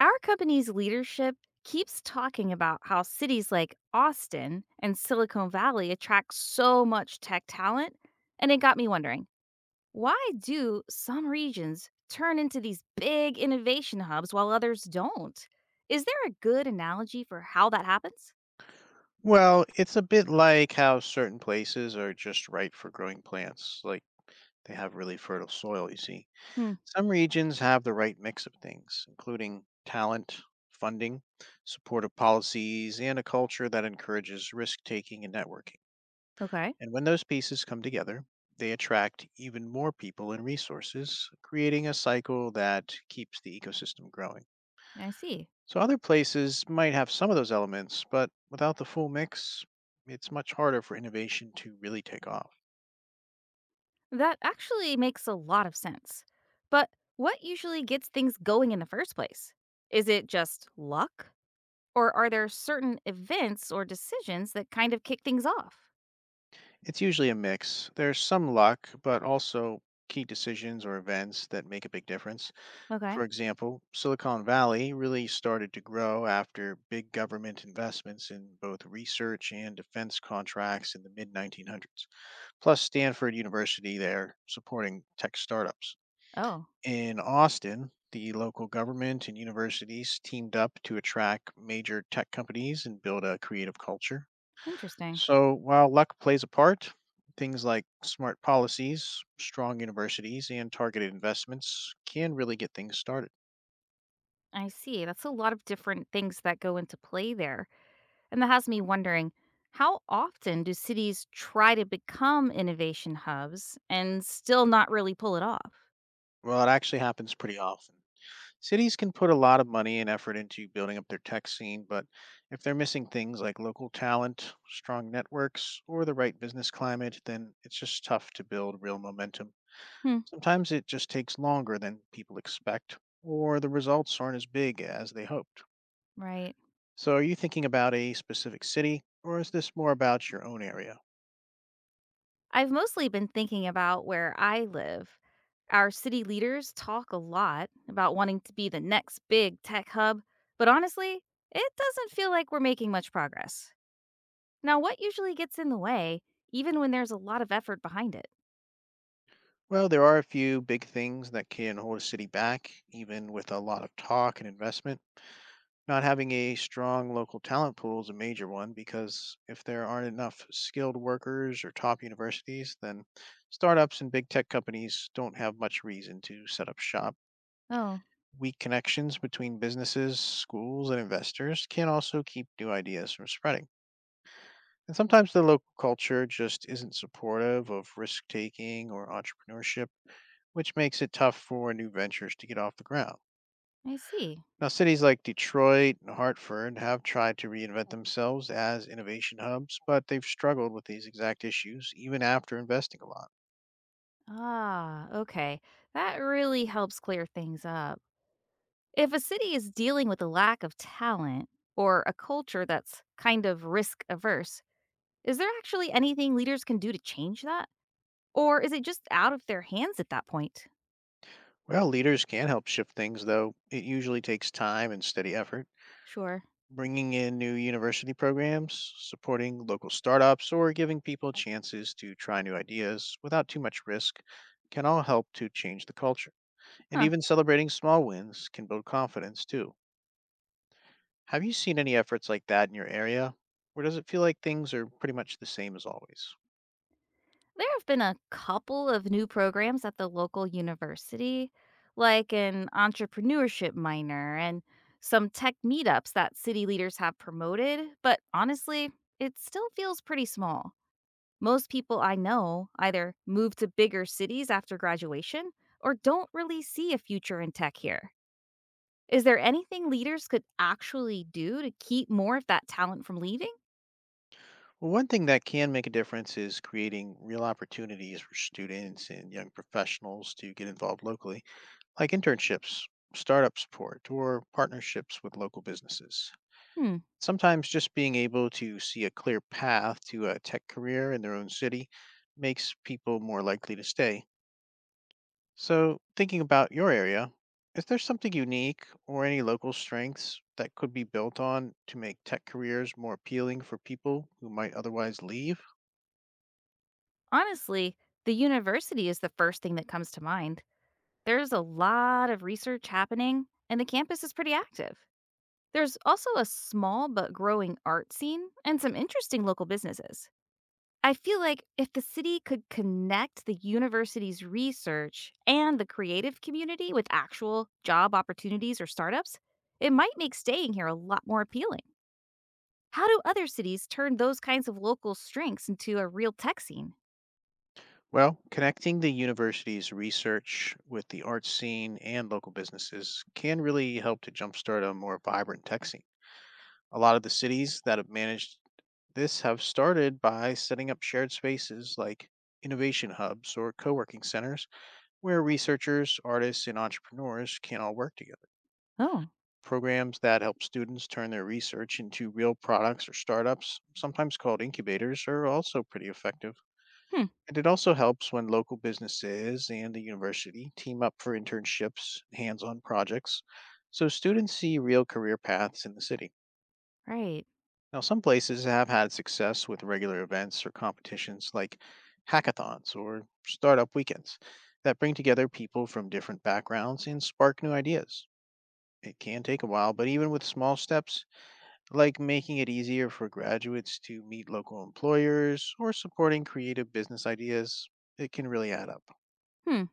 Our company's leadership keeps talking about how cities like Austin and Silicon Valley attract so much tech talent, and it got me wondering, why do some regions turn into these big innovation hubs while others don't? Is there a good analogy for how that happens? Well, it's a bit like how certain places are just right for growing plants, like they have really fertile soil, you see. Hmm. Some regions have the right mix of things, including talent, funding, supportive policies, and a culture that encourages risk taking and networking. Okay. And when those pieces come together, they attract even more people and resources, creating a cycle that keeps the ecosystem growing. I see. So other places might have some of those elements, but without the full mix, it's much harder for innovation to really take off. That actually makes a lot of sense. But what usually gets things going in the first place? Is it just luck? Or are there certain events or decisions that kind of kick things off? It's usually a mix. There's some luck, but also key decisions or events that make a big difference. Okay. For example, Silicon Valley really started to grow after big government investments in both research and defense contracts in the mid 1900s, plus Stanford University there supporting tech startups. Oh, In Austin, the local government and universities teamed up to attract major tech companies and build a creative culture. interesting. So while luck plays a part, things like smart policies, strong universities, and targeted investments can really get things started. I see. That's a lot of different things that go into play there. And that has me wondering, how often do cities try to become innovation hubs and still not really pull it off? Well, it actually happens pretty often. Cities can put a lot of money and effort into building up their tech scene, but if they're missing things like local talent, strong networks, or the right business climate, then it's just tough to build real momentum. Hmm. Sometimes it just takes longer than people expect, or the results aren't as big as they hoped. Right. So, are you thinking about a specific city, or is this more about your own area? I've mostly been thinking about where I live. Our city leaders talk a lot about wanting to be the next big tech hub, but honestly, it doesn't feel like we're making much progress. Now, what usually gets in the way, even when there's a lot of effort behind it? Well, there are a few big things that can hold a city back, even with a lot of talk and investment. Not having a strong local talent pool is a major one because if there aren't enough skilled workers or top universities, then startups and big tech companies don't have much reason to set up shop. Oh, Weak connections between businesses, schools, and investors can also keep new ideas from spreading. And sometimes the local culture just isn't supportive of risk taking or entrepreneurship, which makes it tough for new ventures to get off the ground. I see. Now, cities like Detroit and Hartford have tried to reinvent themselves as innovation hubs, but they've struggled with these exact issues even after investing a lot. Ah, okay. That really helps clear things up. If a city is dealing with a lack of talent or a culture that's kind of risk averse, is there actually anything leaders can do to change that? Or is it just out of their hands at that point? Well, leaders can help shift things, though it usually takes time and steady effort. Sure. Bringing in new university programs, supporting local startups, or giving people chances to try new ideas without too much risk can all help to change the culture. And Huh. even celebrating small wins can build confidence too. Have you seen any efforts like that in your area? Or does it feel like things are pretty much the same as always? There have been a couple of new programs at the local university, like an entrepreneurship minor and some tech meetups that city leaders have promoted, but honestly, it still feels pretty small. Most people I know either move to bigger cities after graduation or don't really see a future in tech here. Is there anything leaders could actually do to keep more of that talent from leaving? Well, one thing that can make a difference is creating real opportunities for students and young professionals to get involved locally, like internships, startup support, or partnerships with local businesses. Hmm. Sometimes just being able to see a clear path to a tech career in their own city makes people more likely to stay. So, thinking about your area, is there something unique or any local strengths that could be built on to make tech careers more appealing for people who might otherwise leave? Honestly, the university is the first thing that comes to mind. There's a lot of research happening, and the campus is pretty active. There's also a small but growing art scene and some interesting local businesses. I feel like if the city could connect the university's research and the creative community with actual job opportunities or startups, it might make staying here a lot more appealing. How do other cities turn those kinds of local strengths into a real tech scene? Well, connecting the university's research with the art scene and local businesses can really help to jumpstart a more vibrant tech scene. A lot of the cities that have managed this have started by setting up shared spaces like innovation hubs or co working centers where researchers, artists, and entrepreneurs can all work together. Oh. Programs that help students turn their research into real products or startups, sometimes called incubators, are also pretty effective. Hmm. And it also helps when local businesses and the university team up for internships, hands on projects, so students see real career paths in the city. Right. Now, some places have had success with regular events or competitions like hackathons or startup weekends that bring together people from different backgrounds and spark new ideas. It can take a while, but even with small steps, like making it easier for graduates to meet local employers or supporting creative business ideas, it can really add up. Hmm.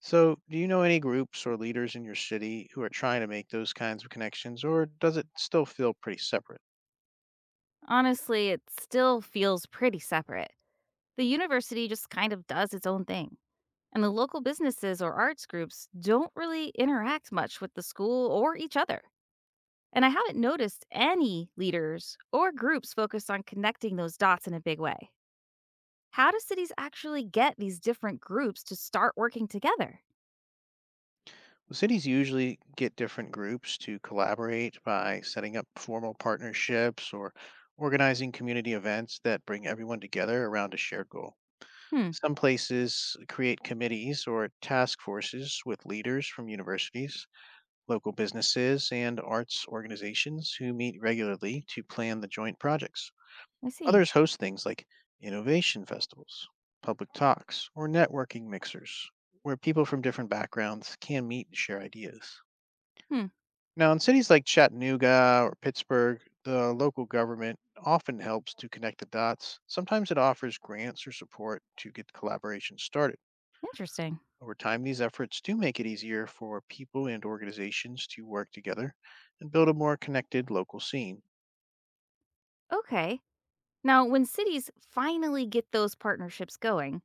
So, do you know any groups or leaders in your city who are trying to make those kinds of connections, or does it still feel pretty separate? Honestly, it still feels pretty separate. The university just kind of does its own thing, and the local businesses or arts groups don't really interact much with the school or each other. And I haven't noticed any leaders or groups focused on connecting those dots in a big way. How do cities actually get these different groups to start working together? Well, cities usually get different groups to collaborate by setting up formal partnerships or organizing community events that bring everyone together around a shared goal. Hmm. Some places create committees or task forces with leaders from universities, local businesses, and arts organizations who meet regularly to plan the joint projects. I see. Others host things like innovation festivals, public talks, or networking mixers, where people from different backgrounds can meet and share ideas. Hmm. Now, in cities like Chattanooga or Pittsburgh, the local government often helps to connect the dots. Sometimes it offers grants or support to get collaboration started. Interesting. Over time, these efforts do make it easier for people and organizations to work together and build a more connected local scene. Okay. Now, when cities finally get those partnerships going,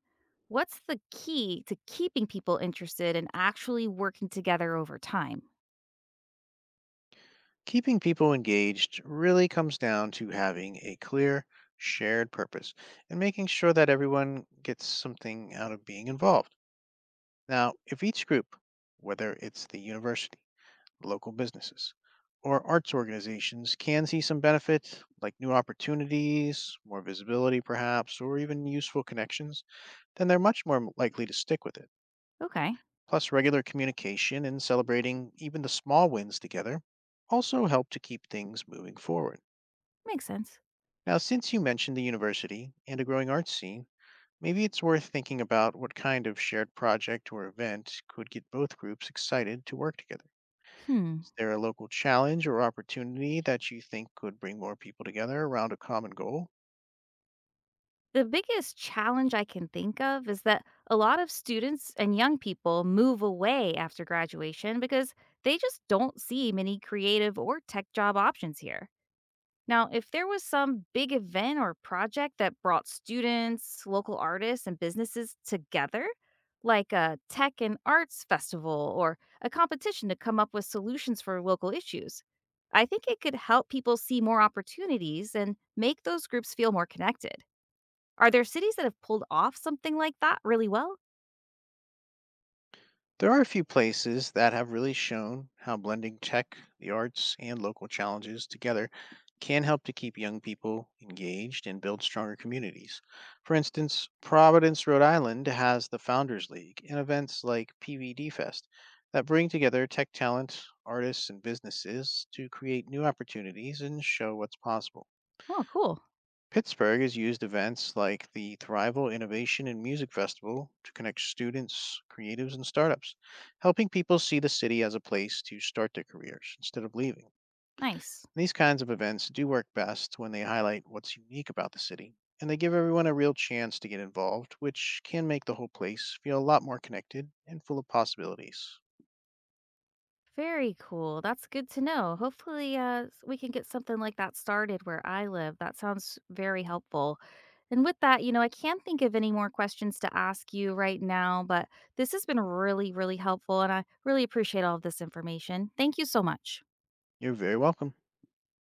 what's the key to keeping people interested and actually working together over time? Keeping people engaged really comes down to having a clear, shared purpose and making sure that everyone gets something out of being involved. Now, if each group, whether it's the university, local businesses, or arts organizations, can see some benefit, like new opportunities, more visibility perhaps, or even useful connections, then they're much more likely to stick with it. Okay. Plus, regular communication and celebrating even the small wins together also help to keep things moving forward. Makes sense. Now, since you mentioned the university and a growing arts scene, maybe it's worth thinking about what kind of shared project or event could get both groups excited to work together. Hmm. Is there a local challenge or opportunity that you think could bring more people together around a common goal? The biggest challenge I can think of is that a lot of students and young people move away after graduation because they just don't see many creative or tech job options here. Now, if there was some big event or project that brought students, local artists, and businesses together, like a tech and arts festival or a competition to come up with solutions for local issues, I think it could help people see more opportunities and make those groups feel more connected. Are there cities that have pulled off something like that really well? There are a few places that have really shown how blending tech, the arts, and local challenges together can help to keep young people engaged and build stronger communities. For instance, Providence, Rhode Island has the Founders League and events like PVD Fest that bring together tech talent, artists, and businesses to create new opportunities and show what's possible. Oh, cool. Pittsburgh has used events like the Thrival Innovation and Music Festival to connect students, creatives, and startups, helping people see the city as a place to start their careers instead of leaving. Nice. These kinds of events do work best when they highlight what's unique about the city and they give everyone a real chance to get involved, which can make the whole place feel a lot more connected and full of possibilities. Very cool. That's good to know. Hopefully, we can get something like that started where I live. That sounds very helpful. And with that, I can't think of any more questions to ask you right now, but this has been really, really helpful. And I really appreciate all of this information. Thank you so much. You're very welcome.